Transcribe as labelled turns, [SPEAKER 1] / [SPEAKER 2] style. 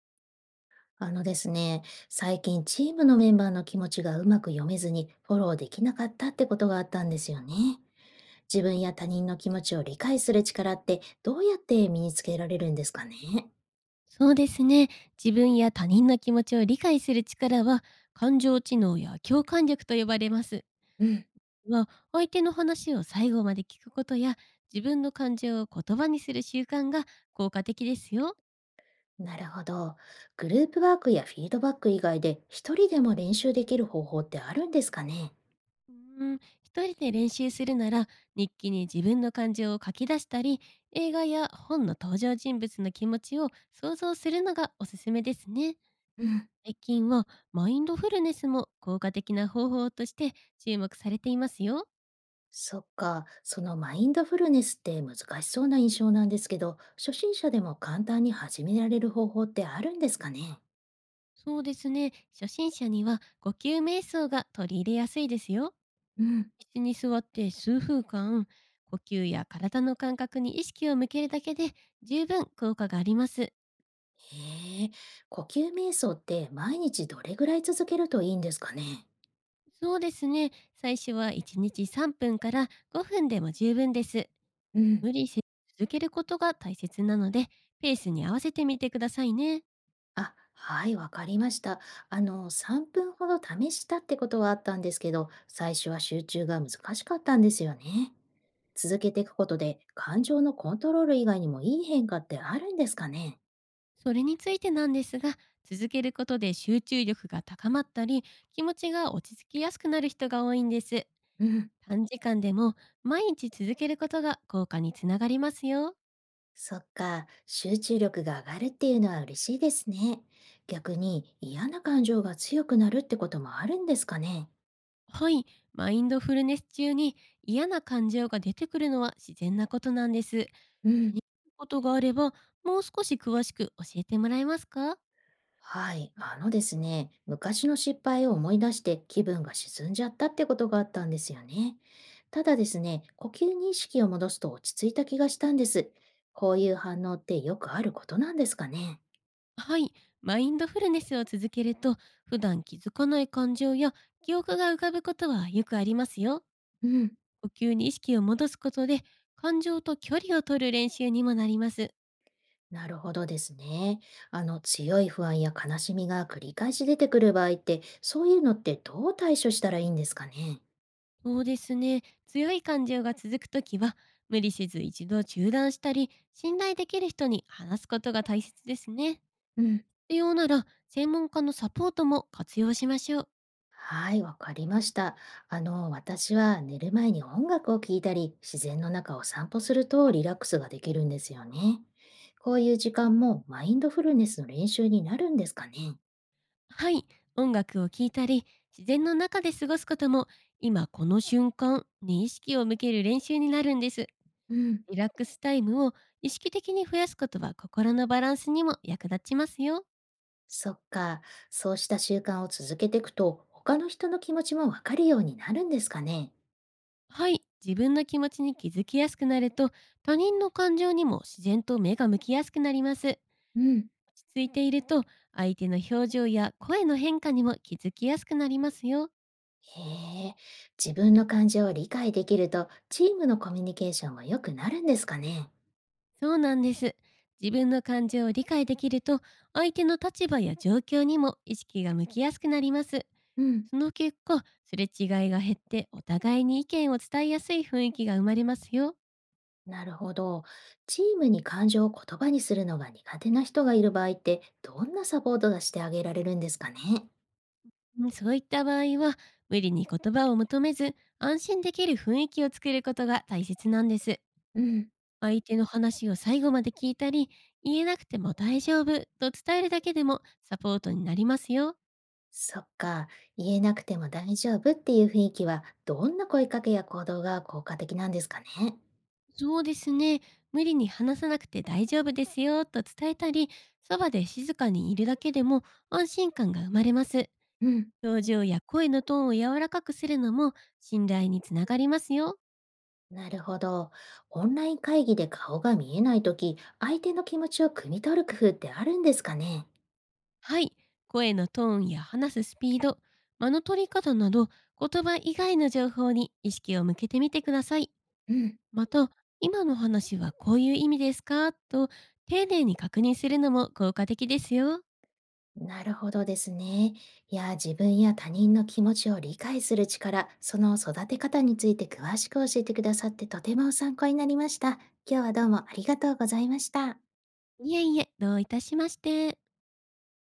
[SPEAKER 1] あのですね、最近チームのメンバーの気持ちがうまく読めずにフォローできなかったってことがあったんですよね。自分や他人の気持ちを理解する力ってどうやって身につけられるんですかね？
[SPEAKER 2] そうですね。自分や他人の気持ちを理解する力は、感情知能や共感力と呼ばれます。
[SPEAKER 1] うん。
[SPEAKER 2] は、相手の話を最後まで聞くことや、自分の感情を言葉にする習慣が効果的ですよ。
[SPEAKER 1] なるほど。グループワークやフィードバック以外で一人でも練習できる方法ってあるんですかね？
[SPEAKER 2] うーん、一人で練習するなら、日記に自分の感情を書き出したり、映画や本の登場人物の気持ちを想像するのがおすすめですね。
[SPEAKER 1] うん。
[SPEAKER 2] 最近はマインドフルネスも効果的な方法として注目されていますよ。
[SPEAKER 1] そっか、そのマインドフルネスって難しそうな印象なんですけど、初心者でも簡単に始められる方法ってあるんですかね？
[SPEAKER 2] そうですね。初心者には呼吸瞑想が取り入れやすいですよ。
[SPEAKER 1] うん。
[SPEAKER 2] 椅子に座って数分間、呼吸や体の感覚に意識を向けるだけで十分効果があります。
[SPEAKER 1] へえ、呼吸瞑想って毎日どれぐらい続けるといいんですかね？
[SPEAKER 2] そうですね。最初は1日3分から5分でも十分です。
[SPEAKER 1] うん。
[SPEAKER 2] 無理せず続けることが大切なので、ペースに合わせてみてくださいね。
[SPEAKER 1] あ、はい、わかりました。あの、3分ほど試したってことはあったんですけど、最初は集中が難しかったんですよね。続けていくことで、感情のコントロール以外にもいい変化ってあるんですかね？
[SPEAKER 2] それについてなんですが、続けることで集中力が高まったり、気持ちが落ち着きやすくなる人が多いんです。
[SPEAKER 1] うん。
[SPEAKER 2] 短時間でも毎日続けることが効果につながりますよ。
[SPEAKER 1] そっか、集中力が上がるっていうのは嬉しいですね。逆に嫌な感情が強くなるってこともあるんですかね？
[SPEAKER 2] はい、マインドフルネス中に嫌な感情が出てくるのは自然なことなんです。
[SPEAKER 1] う
[SPEAKER 2] 気に
[SPEAKER 1] ん。
[SPEAKER 2] なることがあれば、もう少し詳しく教えてもらえますか。
[SPEAKER 1] はい、あのですね、昔の失敗を思い出して気分が沈んじゃったってことがあったんですよね。ただですね、呼吸に意識を戻すと落ち着いた気がしたんです。こういう反応ってよくあることなんですかね。
[SPEAKER 2] はい、マインドフルネスを続けると、普段気づかない感情や記憶が浮かぶことはよくありますよ。
[SPEAKER 1] うん、
[SPEAKER 2] 呼吸に意識を戻すことで、感情と距離を取る練習にもなります。
[SPEAKER 1] なるほどですね。あの強い不安や悲しみが繰り返し出てくる場合って、そういうのってどう対処したらいいんですかね。
[SPEAKER 2] そうですね。強い感情が続くときは、無理せず一度中断したり、信頼できる人に話すことが大切ですね。
[SPEAKER 1] うん。
[SPEAKER 2] 必要なら、専門家のサポートも活用しましょう。
[SPEAKER 1] はい、わかりました。あの、私は寝る前に音楽を聴いたり、自然の中を散歩するとリラックスができるんですよね。こういう時間もマインドフルネスの練習になるんですかね。
[SPEAKER 2] はい。音楽を聴いたり、自然の中で過ごすことも、今この瞬間に意識を向ける練習になるんです。
[SPEAKER 1] うん、
[SPEAKER 2] リラックスタイムを意識的に増やすことは心のバランスにも役立ちますよ。
[SPEAKER 1] そっか、そうした習慣を続けていくと、他の人の気持ちもわかるようになるんですかね。
[SPEAKER 2] はい。自分の気持ちに気づきやすくなると、他人の感情にも自然と目が向きやすくなります。落
[SPEAKER 1] うん、
[SPEAKER 2] ち着いていると、相手の表情や声の変化にも気づきやすくなりますよ。
[SPEAKER 1] へえ、自分の感情を理解できると、チームのコミュニケーションも良くなるんですかね。
[SPEAKER 2] そうなんです。自分の感情を理解できると、相手の立場や状況にも意識が向きやすくなります。
[SPEAKER 1] うん。
[SPEAKER 2] その結果、すれ違いが減ってお互いに意見を伝えやすい雰囲気が生まれますよ。
[SPEAKER 1] なるほど。チームに感情を言葉にするのが苦手な人がいる場合って、どんなサポートがしてあげられるんですかね？
[SPEAKER 2] うん、そういった場合は、無理に言葉を求めず、安心できる雰囲気を作ることが大切なんです。
[SPEAKER 1] うん、
[SPEAKER 2] 相手の話を最後まで聞いたり、言えなくても大丈夫と伝えるだけでもサポートになりますよ。
[SPEAKER 1] そっか、言えなくても大丈夫っていう雰囲気は、どんな声かけや行動が効果的なんですかね？
[SPEAKER 2] そうですね。無理に話さなくて大丈夫ですよと伝えたり、そばで静かにいるだけでも安心感が生まれます。
[SPEAKER 1] うん、
[SPEAKER 2] 表情や声のトーンを柔らかくするのも信頼につながりますよ。
[SPEAKER 1] なるほど。オンライン会議で顔が見えないとき、相手の気持ちを汲み取る工夫ってあるんですかね？
[SPEAKER 2] はい。声のトーンや話すスピード、間の取り方など、言葉以外の情報に意識を向けてみてください。
[SPEAKER 1] うん。
[SPEAKER 2] また、今の話はこういう意味ですかと、丁寧に確認するのも効果的ですよ。
[SPEAKER 1] なるほどですね。いや、自分や他人の気持ちを理解する力、その育て方について詳しく教えてくださってとても参考になりました。今日はどうもありがとうございました。
[SPEAKER 2] いえいえ、どういたしまして。